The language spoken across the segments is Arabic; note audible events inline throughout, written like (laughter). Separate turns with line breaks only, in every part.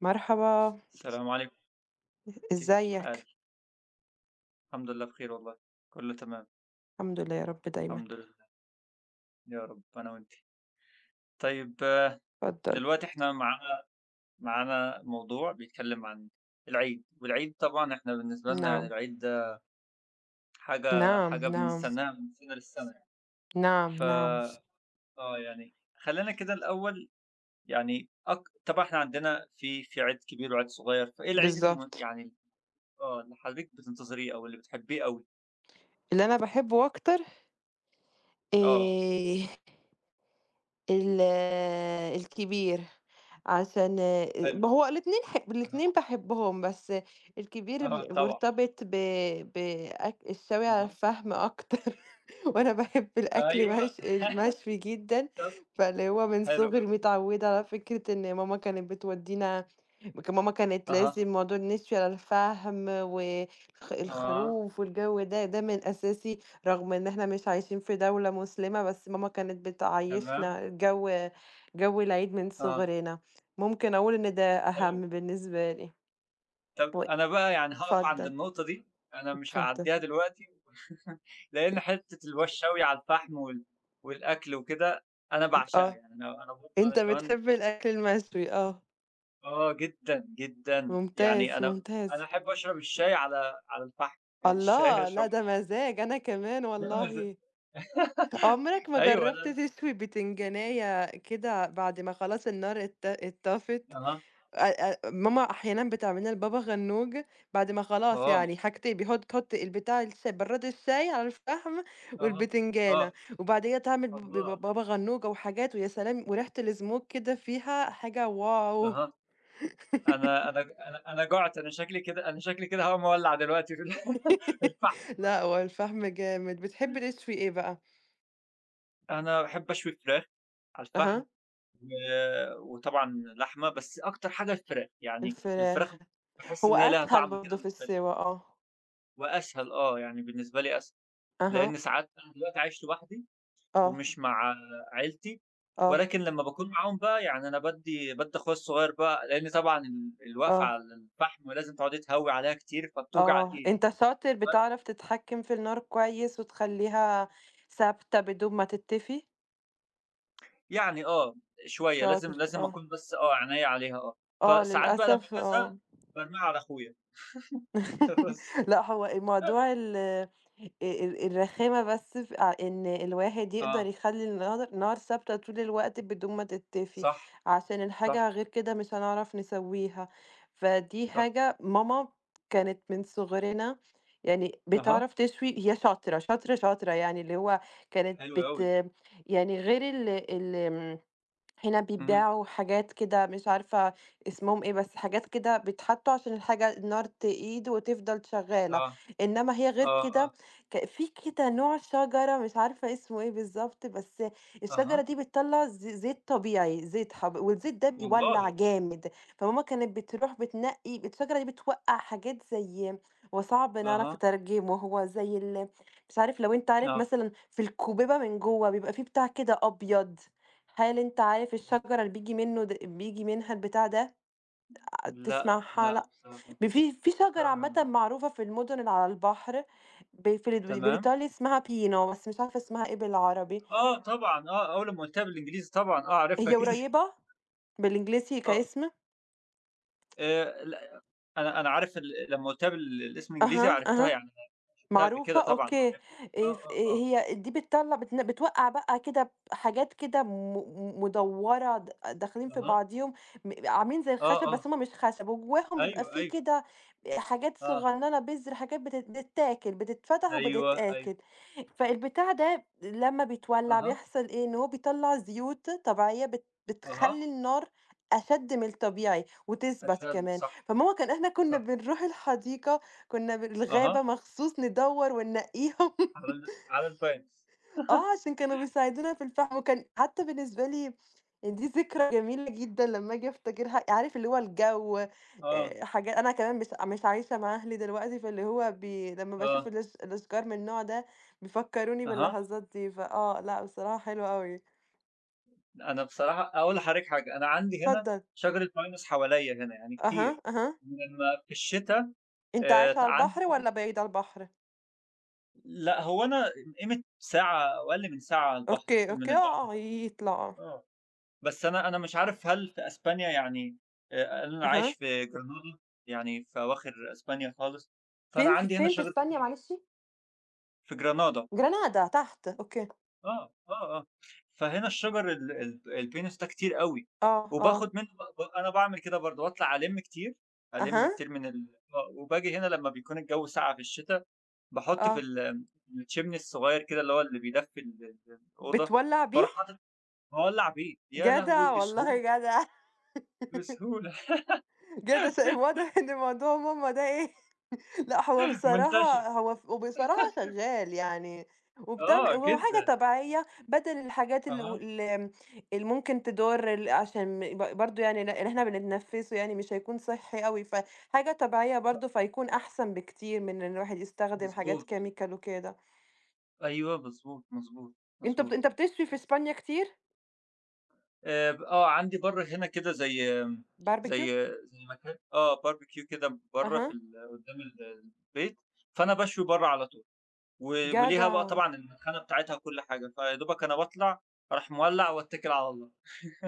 مرحبا،
السلام عليكم، كيف الحال؟
إزيك؟
الحمد لله بخير والله، كله تمام،
الحمد لله يا رب دايمًا،
الحمد لله يا رب أنا وأنتِ. طيب آه،
اتفضل.
دلوقتي إحنا معانا موضوع بيتكلم عن العيد، والعيد طبعًا إحنا بالنسبة لنا يعني
نعم،
العيد ده حاجة
نعم،
حاجة
نعم،
بنستناها من سنة للسنة يعني.
نعم،
ف
نعم،
آه يعني خلّينا كده الأول يعني طبعًا إحنا عندنا في عيد كبير وعيد صغير، فإيه العيد
بالضبط.
يعني آه اللي حضرتِك بتنتظريه أو اللي بتحبيه أوي؟
اللي أنا باحبه أكتر
آه
آآ ال الكبير، عشان
حلو،
ما هو الاتنين
أها،
الاتنين باحبهم، بس الكبير
آه طبعًا،
مرتبط ب بأك الشاوي على
أها.
الفحم أكتر، (laughs) وأنا باحب الأكل
أيوه،
مش المشوي جدًا،
طَب
فاللي هو من
حلو،
صغري متعودة على فكرة إن ماما كانت بتودينا ماما كانت
أها،
لازم موضوع النشوي على الفحم
آه،
الخروف والجو ده، ده من أساسي. رغم إن إحنا مش عايشين في دولة مسلمة، بس ماما كانت
تمام،
بتعيّشنا جو العيد من
آه،
صغرنا. ممكن أقول إن ده
حلو.
أهم بالنسبة لي.
طَب
و
أنا بقى يعني هاقف عند
اتفضل،
النقطة دي، أنا مش
اتفضل.
هاعدّيها دلوقتي (laughs) لإن حتّة اللي هو الشوي على الفحم والأكل وكده، أنا باعشقها،
آه.
يعني أنا برضه أنا
أنت
كمان
بتحب الأكل المشوي، آه.
آه، جدًا، جدًا، يعني
ممتاز،
أنا
ممتاز.
أنا أحب أشرب الشاي على الفحم، يعني الشاي
الله! لأ
أشربه
ده مزاج أنا كمان
ده مزاج.
والله. عمرك
(laughs)
ما
أيوه، لا،
جرّبت
لأ،
تشوي بتنجانية كده بعد ما خلاص النار اتطفت؟
أها،
أ أ ماما أحيانًا بتعمل لنا البابا غنوج بعد ما خلاص
آه،
يعني حاجتين تحط البتاع براد الشاي على الفحم
أها،
والبتنجانة،
آه،
وبعديها تعمل ب
الله،
ب بابا غنوج وحاجات ويا سلام وريحة الsmoke كده فيها حاجة واو!
أها. أنا
(laughs)
أنا أنا أنا جُعت، أنا شكلي كده هاقوم أولّع دلوقتي في ال (laughs) الفحم.
لأ، هو الفحم جامد. بتحب تشوي إيه بقى؟
أنا باحب أشوي فراخ على الفحم
أها،
و وطبعًا لحمة، بس أكتر حاجة الفراخ، يعني الفراخ
الفراخ.
باحس
هو
إن هي ليها
أسهل
طعم كده
برضه في
مختلف
السِوَى آه.
وأسهل آه، يعني بالنسبة لي أسهل،
أها،
لإن ساعات أنا دلوقتي عايش لوحدي
آه،
ومش مع عيلتي،
آه،
ولكن لمّا باكون معاهم بقى يعني أنا بادّي أخويا الصغير بقى لإن طبعًا الوقفة
آه.
على الفحم ولازم تقعدي تهوّي عليها كتير فبتوجع
آه،
الإيد.
أنت شاطر
ف
بتعرف تتحكم في النار كويس وتخلّيها ثابتة بدون ما تتّفي،
يعني آه، شوية لازم
شاطر،
لازم
آه،
أكون بس آه، عينيّا عليها آه،
آه
فساعات بقى لمّا
للأسف
بازهق
آه.
بارميها على أخويا. (laughs) بس
(laughs) لأ، هو الموضوع ال ال الرخامة بس في إن الواحد يقدر
آه،
يخلّي النار ثابتة طول الوقت بدون ما تتطفي،
صح،
عشان
صح،
الحاجة غير كده مش هنعرف نسوّيها، فدي
صح،
حاجة ماما كانت من صغرنا يعني
أها،
بتعرف تشوي هي شاطرة، شاطرة، شاطرة يعني اللي هو كانت
حلو أوي،
يعني غير ال ال هنا
اهم،
بيبيعوا حاجات كده مش عارفة اسمهم إيه، بس حاجات كده بيتحطوا عشان الحاجة النار تقيد وتفضل شغّالة،
آه،
إنّما هي غير
آه،
كده
آه،
في كده نوع شجرة مش عارفة اسمه إيه بالضبط، بس
أها،
الشجرة دي بتطلّع زيت طبيعي، زيت حب والزيت ده
والله!
بيولّع جامد، فماما كانت بتروح بتنقّي الشجرة دي بتوقّع حاجات زي هو صعب نعرف
أها،
نترجمه، هو زي مش عارف لو أنت عارف
آه،
مثلًا في الكُبِبة من جوّه بيبقى في بتاع كده أبيض. هل أنت عارف الشجرة اللي بييجي منها البتاع ده
لأ،
تسمعها
لأ
لأ،
بصراحة
ب في في شجرة
بصراحة
عامةً
ما
معروفة في المدن اللي على البحر ب في ال
تمام،
بالإيطالي اسمها بينو بس مش عارفة اسمها إيه بالعربي،
آه طبعًا، آه، أول لمّا قُلتها بالإنجليزي طبعًا آه، عارفها
هي
كده. (laughs)
قريبة بالإنجليزي
آه،
كاسم.
لأ أنا عارف لمّا قُلتها الاسم الإنجليزي
أها،
عرفتها
أها.
يعني أنا شُفتها قبل
معروفة،
كده طبعًا
أوكي،
وعارفها، آه،
ف
آه،
إيه
آه.
هي دي بتطلّع بتوقّع بقى كده بحاجات كده م م مدوّرة داخلين في
أها،
بعضيهم، عاملين زي
آه،
الخشب بس
آه،
هُم مش خشب، وجواهم بيبقى
أيوه،
في
أيوه،
كده حاجات
آه،
صغننة بذر، حاجات بتتاكل، بتتفتح
أيوه، أيوه،
وبتتاكل. فالبتاع ده لمّا بيتولّع
أها،
بيحصل إيه، إن هو بيطلّع زيوت طبيعية
أها،
بتخلّي النار أشَد من الطبيعي وتثبت
أشهد
كمان.
صح،
فماما إحنا كنا
صح،
بنروح الحديقة كنا
أها،
الغابة مخصوص ندوّر وننقّيهم (laughs)
على الباينس،
آه، عشان كانوا بيساعدونا في الفحم، وكان حتى بالنسبة لي دي ذكرى جميلة جدًا لمّا آجي أفتكرها، عارف اللي هو الجو
آه،
آآ، حاجات أنا كمان مش عايشة مع أهلي دلوقتي، فاللي هو لمّا باشوف
آه،
الأشجار من النوع ده بيفكّروني
أها،
باللحظات دي، لأ بصراحة حلو أوي.
أنا بصراحة أقول لحضرتك حاجة، أنا عندي هنا
اتفضل.
شجرة بينس حواليّا هنا يعني كتير،
أها، أها.
لمّا في الشتا
أنت عايش
ت
على
عندي
البحر والّا بعيد على البحر؟
لأ هو أنا قيمة ساعة أو أقل من ساعة على البحر
أوكي،
من
أوكي،
البحر
آه، آه، يطلع آه.
آه. بس أنا مش عارف هل في أسبانيا يعني أنا عايش
أها.
في جرانادا، يعني في أواخر أسبانيا خالص، فأنا
فين ف
عندي هنا
فين في
شجر
إسبانيا
كتير،
معلش؟
في جرانادا،
جرانادا تحت، أوكي.
آه، آه، آه، فهنا الشجر ال البينوس ده كتير أوي،
آه، آه،
وباخد منه ب ب أنا باعمل كده برضه، باطلع ألِم كتير، ألِم
أها،
كتير من ال آه، وباجي هنا لمّا بيكون الجو ساقع في الشتا، باحُط في
آه،
الchimney الصغير كده اللي هو اللي بيدفّي ال الأوضة،
بتولّع بيه؟
باروح حاطط مولّع بيه، يا لهوي
جدع والله
بسهولة،
جدع،
بسهولة.
(laughs) جدع واضح إن موضوع ماما ده إيه. (laughs) لأ هو
(laughs) منتشر.
بصراحة هو ف وبصراحة شغّال يعني،
آه
وهو حاجة
جدًا.
طبيعية بدل الحاجات ال
أها،
وال اللي ممكن تضر عشان م- ب برضه يعني اللي إحنا بنتنفّسه يعني مش هيكون صحّي أوي، فحاجة طبيعية
صح.
برضه فهيكون أحسن بكتير من إن الواحد يستخدم حاجات
مضبوط.
chemical وكده.
أيوه مضبوط، مضبوط، مضبوط.
أنت بتشوي في
آه.
إسبانيا كتير؟
ب آه، عندي برّه هنا كده زي، زي
باربيكيو؟
زي مكان آه باربيكيو كده برّه في
أها،
قدّام البيت، فأنا باشوي برّه على طول، و وليها بقى
جدع.
طبعًا المدخنة بتاعتها وكل حاجة، فيا دوبك أنا باطلع أروح مولّع واتكل على الله.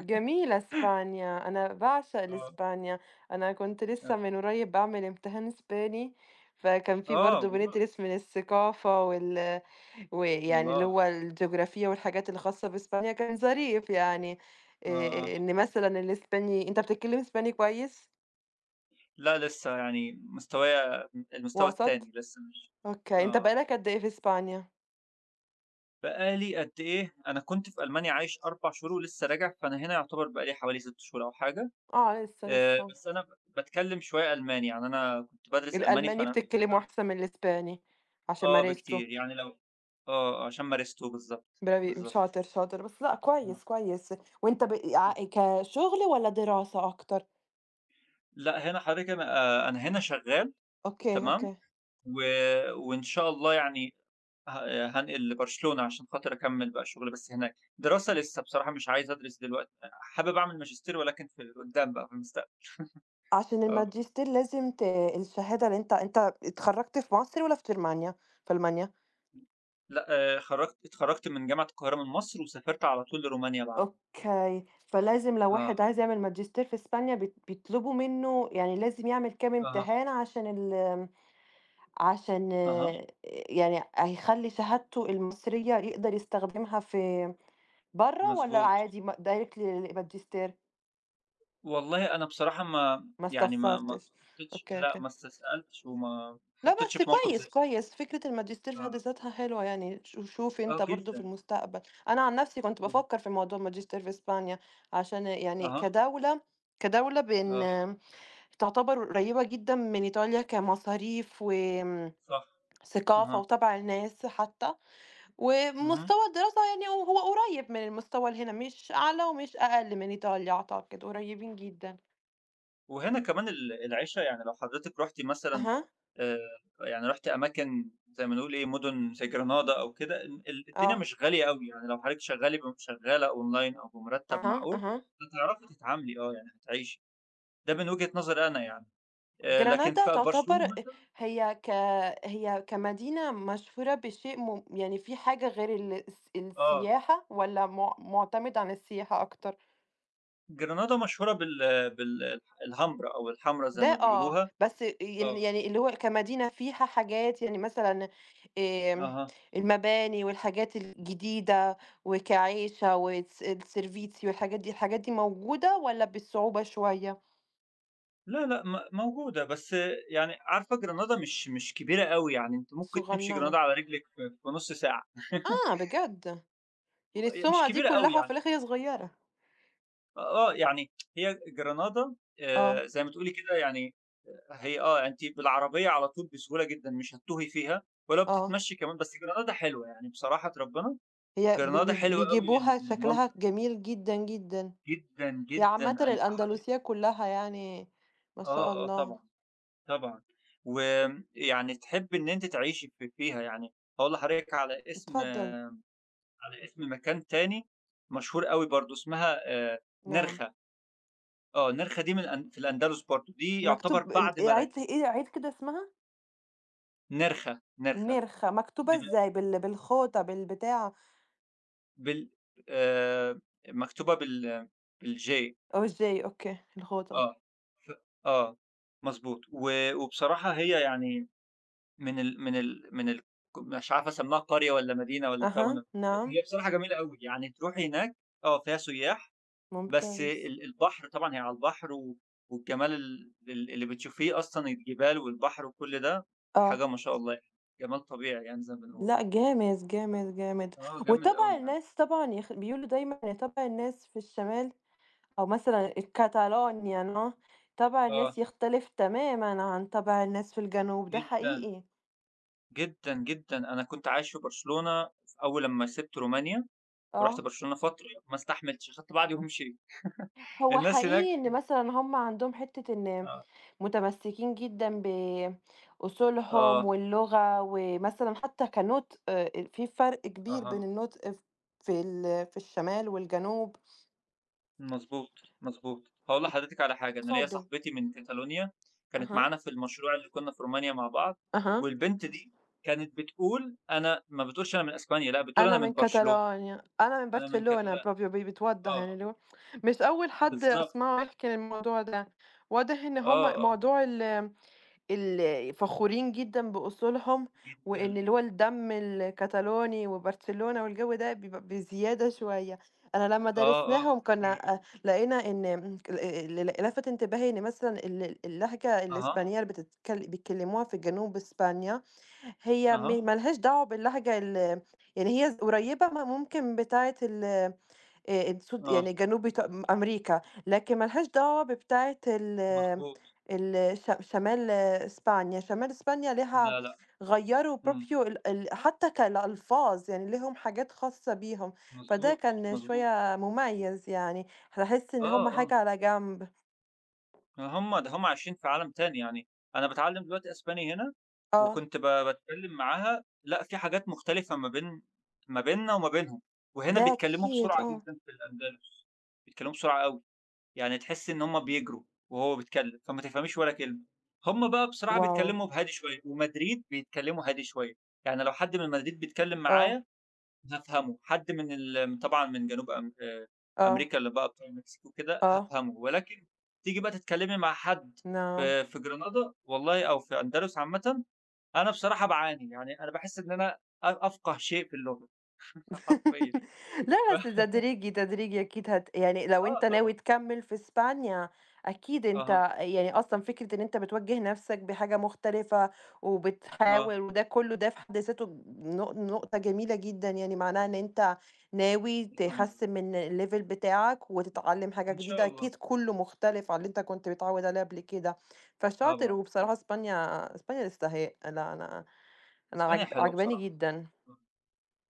جميلة إسبانيا، أنا باعشق
آه،
الإسبانيا، أنا كنت لسه
آه.
من قريب باعمل امتحان إسباني، فكان في
آه
برضه
والله، والله!
بندرس من الثقافة ويعني اللي
الله!
هو الجغرافيا والحاجات الخاصة بإسبانيا، كان ظريف يعني
آه، آه.
إن مثلًا الإسباني أنت بتتكلم إسباني كويس؟
لأ لسه يعني مستوايا المستوى
وسط؟
التاني لسه مش
أوكي، أنت بقى
آه.
لك قد إيه في إسبانيا؟
بقى لي قد إيه أنا كنت في ألمانيا عايش 4 شهور ولسه راجع، فأنا هنا يعتبر بقى لي حوالي 6 شهور أو حاجة،
آه لسه، لسه،
بس أنا ب باتكلم شوية ألماني، يعني أنا كنت بادرس ألماني
الألماني
فأنا
بتتكلمه أحسن من الإسباني عشان
آه
مارسته.
بكتير، يعني لو آه، آه، عشان مارسته بالضبط،
برافو
بالضبط.
شاطر، شاطر، بس لأ كويس، كويس، وأنت ب ع كشغل والّا دراسة أكتر؟
لأ، هنا حضرتك أنا آه، أنا هنا شغال
أوكي،
تمام،
أوكي،
و وإن شاء الله يعني ه هانقل لبرشلونة عشان خاطر أكمّل بقى شغل بس هناك، دراسة لسه بصراحة مش عايز أدرس دلوقتي، حابب أعمل ماجستير ولكن في قدّام بقى في المستقبل،
عشان
آه.
الماجستير لازم الشهادة اللي أنت اتخرّجت في مصر والّا في جرمانيا؟ في ألمانيا،
لأ خرّجت اتخرّجت من جامعة القاهرة من مصر وسافرت على طول لرومانيا بعدها.
أوكي، فلازم لو
آه.
واحد عايز يعمل ماجستير في إسبانيا بيطلبوا منه يعني لازم يعمل كام
أها،
امتحان عشان ال آمم، عشان
أها،
يعني هيخلّي شهادته المصرية يقدر يستخدمها في برّه والّا
مضبوط.
عادي directly للماجستير؟
والله أنا بصراحة ما
ما
يعني ما ما
استفسرتش،
اتحطّيتش
أوكي،
لأ،
أوكي.
ما استثقلتش وما ما
لأ
اتحطّيتش
بس
في موقف زي
كويس، كويس، فكرة الماجستير في حد
آه.
ذاتها حلوة يعني، شوف أنت
آه
برضه في
جدًا.
المستقبل. أنا عن نفسي كنت
اهم.
بافكر في موضوع الماجستير في إسبانيا، عشان يعني
أها،
كدولة
آه،
بإن تعتبر قريبة جدًا من إيطاليا كمصاريف
صح.
ثقافة
أها.
وطبع الناس حتى،
اهم.
ومستوى الدراسة يعني هو قريب من المستوى اللي هنا، مش أعلى ومش أقل من إيطاليا أعتقد، قريبين جدًا.
وهنا كمان العِشَا يعني لو حضرتِك رُحتِ مثلًا
أها،
آآ، يعني رُحتِ أماكن زي ما نقول إيه، مُدن زي جرانادا أو كده، ال الدنيا
آه،
مش غالية أوي، يعني لو حضرتِك شغّالة شغّالة أونلاين أو بمُرتَّب
أها،
معقول،
أها.
هتعرفي تتعاملي آه، يعني هتعيشي، ده من وجهة نظري أنا يعني، لكن
جرانادا
في
تعتبر
برشلونة مثلًا
هي ك هي كمدينة مشهورة بشيء يعني في حاجة غير ال الس
آه،
السياحة والّا مُعتمد عن السياحة أكتر؟
جرانادا مشهورة بال الحمرا أو الحمرا زي
ده
ما
آه،
بيقولوها،
بس
آه،
يعني اللي هو كمدينة فيها حاجات يعني مثلًا آمم،
أها.
المباني والحاجات الجديدة وكعيشة السيرفيتي والحاجات دي، الحاجات دي موجودة والّا بصعوبة شوية؟
لا، لأ، موجودة، بس يعني عارفة جرانادا مش كبيرة أوي، يعني أنتِ ممكن تمشي
صغننة.
جرانادا على رجلِك في نُص ساعة. (laughs)
آه بجد! يعني
هي مش
السُمعة دي
كبيرة أوي
كلّها وفي
يعني،
الآخر هي صغيّرة.
آه، آه، يعني هي جرانادا،
آه،
زي ما تقولي كده يعني هي آه، أنتِ بالعربية على طول بسهولة جدًا، مش هتتوهي فيها ولو
آه.
بتتمشي كمان، بس جرانادا حلوة يعني بصراحة ربنا،
هي ب
جرانادا
بي
حلوة أوي
بيجيبوها
للمنظر
شكلها جميل جدًا، جدًا،
جدًا،
هي
جدًا
عامةً
أن حضرتِك
الأندلسية كلّها يعني ما شاء
آه، آه،
الله،
طبعًا. طبعًا، ويعني تحبّي إن أنتِ تعيشي في فيها، يعني هاقول لحضرتِك على اسم
اتفضل،
مكان تاني مشهور أوي برضه اسمها
نعم،
نرخة، آه نرخة دي من الأن في الأندلس برضه، دي يعتبر
مكتوب
بعد
ايه،
مَلَج
عيد إيه عيد كده اسمها؟
نرخة، نرخة
نرخة،
دي
مكتوبة
بال
إزاي بالخوطة بالبتاع
بال آآ مكتوبة بالJ
أو إزاي؟ أوكي، الخوطة،
آه، ف آه، مضبوط، وبصراحة هي يعني من ال من ال من ال مش عارف أسمّيها قرية والّا مدينة والّا بتاع
أها، نعم،
هي بصراحة جميلة أوي، يعني تروحي هناك آه، فيها سُيّاح، بس
ممتاز،
البحر طبعًا هي على البحر والجمال ال اللي بتشوفيه أصلًا الجبال والبحر وكل ده،
آه،
حاجة ما شاء الله يعني، جمال طبيعي يعني زي ما بنقول.
لأ جامد، جامد، جامد،
آه، جامد
وطبع
أوي يعني،
الناس طبعًا بيقولوا دايمًا إن طبع الناس في الشمال أو مثلًا الكتالونيا طَبع الناس
آه،
يختلف تمامًا عن طَبع الناس في الجنوب، ده
جدًا،
حقيقي،
جدًا، جدًا، أنا كنت عايش في برشلونة أول لمّا سِبت رومانيا ورُحت
آه.
برشلونة فترة، ما استحملتش، أخدت بعضي ومشيت. (laughs)
هو
الناس هناك
حقيقي إن مثلًا هم عندهم حتّة إن
آه،
متمسّكين جدًا بأصولهم
آه،
واللغة، ومثلًا حتّى كنُطق في فرق كبير
أها.
بين النُطق في في الشمال والجنوب.
مضبوط، مضبوط. هاقول لحضرتِك على حاجة، أنا ليّا
اتفضّل.
صاحبتي من كاتالونيا كانت
أها،
معانا في المشروع اللي كنا في رومانيا مع بعض،
أها.
والبنت دي كانت بتقول أنا ما بتقولش أنا من أسبانيا، لأ بتقول أنا
أنا
من
من
برشلونة،
كاتالونيا، أنا من
أنا من
برشلونة
كاتالان
برضه بتوضّح
آه،
يعني اللي هو مش أول حد
بالضبط،
أسمعه يحكي الموضوع ده، واضح إن
آه،
هم
آه،
موضوع ال ال فخورين جدًا بأصولهم، وإن
جدًا،
اللي هو الدم الكاتالوني وبرشلونة والجو ده بيبقى بزيادة شوية، أنا لمّا
آه،
درسناهم
آه، كتير،
كنا، لقينا إن ال ال لَفَت انتباهي إن مثلًا اللهجة
أها،
الإسبانية اللي بيتكلموها في جنوب إسبانيا هي
أها،
ما لهاش دعوة باللهجة يعني هي قريبة ما ممكن بتاعة السود
آه،
يعني جنوب أمريكا، لكن ما لهاش دعوة ببتاعة ال
مضبوط،
ال ش شمال إسبانيا، شمال إسبانيا ليها
لا، لأ،
غيّروا
إمم،
proprio ال ال حتى كالألفاظ يعني ليهم حاجات خاصة بيهم، فده
مضبوط،
كان
مضبوط،
شوية مميز يعني، باحس إن هم
آه، آه.
حاجة على جنب.
هم ده هم عايشين في عالم تاني يعني، أنا باتعلّم دلوقتي أسباني هنا،
آه،
وكنت باتكلّم معاها لأ في حاجات مختلفة ما بين ما بيننا وما بينهم، وهنا
ده
بيتكلّموا
أكيد
بسرعة
آه،
جدًا في الأندلس، بيتكلّموا بسرعة أوي، يعني تحس إن هم بيجروا وهو بيتكلّم، فما تفهميش ولا كلمة، هم بقى بصراحة
واو!
بيتكلّموا بهادي شوية، ومدريد بيتكلّموا هادي شوية، يعني لو حد من مدريد بيتكلّم
آه،
معايا هافهمه، حد من ال طبعًا من جنوب أم
آه،
أمريكا اللي بقى بتوع المكسيك وكده
آه،
هافهمه، ولكن تيجي بقى تتكلمي مع حد
نعم.
في جرانادا والله أو في أندلس عامةً، أنا بصراحة باعاني، يعني أنا باحس إن أنا أفقه شيء في اللغة (laughs) حرفيًا.
(laughs) لأ بس
ف
تدريجي، تدريجي أكيد يعني لو
آه
أنت ناوي
طبعًا،
تكمّل في إسبانيا أكيد أنت
أها،
يعني أصلًا فكرة إن أنت بتوجّه نَفْسك بحاجة مختلفة
آه،
وبتحاول وده كُلّه ده في حد ذاته نقطة جميلة جدًا، يعني معناها إن أنت ناوي
الحمد لله،
تحسّن من الlevel بتاعك وتتعلّم حاجة
إن شاء
جديدة،
الله،
أكيد كُلّه مختلف عن اللي أنت كنت متعوّد عليه قبل كده، فشاطر
طبعًا،
وبصراحة
طبعًا،
إسبانيا تستحق، لأ أنا
إسبانيا حلوة
عاجباني
بصراحة.
جدًا.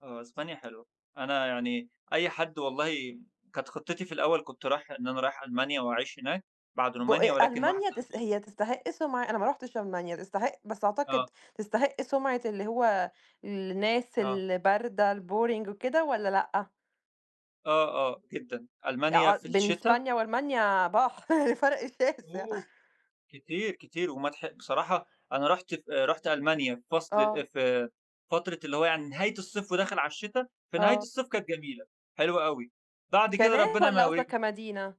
آه، إسبانيا حلوة. أنا يعني أي حد والله كانت خطتي في الأول كنت رايح إن أنا رايح ألمانيا وأعيش هناك بعد
ب
رومانيا ولكن واحد
ألمانيا
صاحبي
هي تستحق سُمعة أنا ما رُحتش ألمانيا، تستحق بس
آه،
أعتقد تستحق سُمعة اللي هو الناس
آه،
الباردة الboring وكده والّا لأ؟
آه، آه، جدًا. ألمانيا في
بين
الشتا
إسبانيا وألمانيا بحر (laughs) فرق شاسع.
أوه! كتير، كتير وما تح بصراحة أنا رُحت ألمانيا في فصل،
آه،
في فترة اللي هو يعني نهاية الصيف وداخل على الشتا، في نهاية
آه.
الصيف كانت جميلة، حلوة أوي. بعد كده
كناس
ربنا ما
والّا قصدك
يوريك
كمدينة؟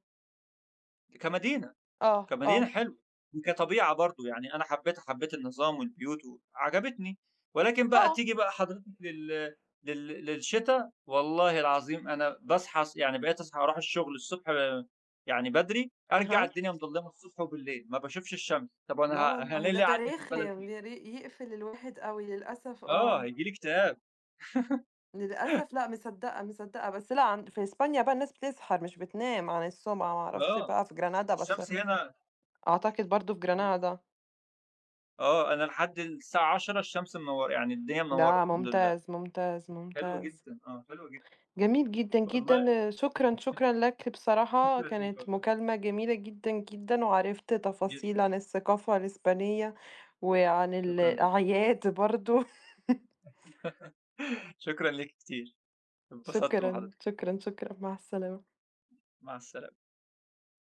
كمدينة.
آه،
كمدينة
آه،
حلوة، وكطبيعة برضه، يعني أنا حبيتها، حبيت النظام والبيوت وعجبتني، ولكن بقى
آه.
تيجي بقى حضرتك لل للشتا، والله العظيم أنا باصحى ص يعني بقيت أصحى أروح الشغل الصبح آه، يعني بدري، أرجع
أها.
الدنيا مضلمة الصبح وبالليل، ما باشوفش الشمس، طب وأنا
لا
ه أنا
والله، لا
ليه
ده
قاعدني في البلد
رخم
دي؟
يقفل الواحد أوي للأسف
آه،
آه.
هييجي لي اكتئاب،
للأسف لأ مصدّقة، مصدّقة، بس لأ في إسبانيا بقى الناس بتسهر مش بتنام عن السُمعة، ما أعرفش
آه،
بقى في جرانادا بس
الشمس هنا
أعتقد برضه في جرانادا،
آه، أنا لحد الساعة 22:00 الشمس منورة، يعني الدنيا
ده
منورة الحمد لله،
ممتاز، ممتاز،
حلو
ممتاز.
جدًا، آه، حلو جدًا،
جميل جدًا،
والله
جدًا، شكرًا، شكرًا لك بصراحة
شكرًا ليك
كانت
والله.
مكالمة جميلة جدًا، جدًا، وعرفت تفاصيل
جدًا،
عن الثقافة الإسبانية وعن
شكرًا ليك،
الأعياد برضه. (laughs)
(laughs) شكرًا ليك كتير، اتبسطت مع
شكرًا،
حضرتك،
شكرًا، شكرًا، مع السلامة.
مع السلا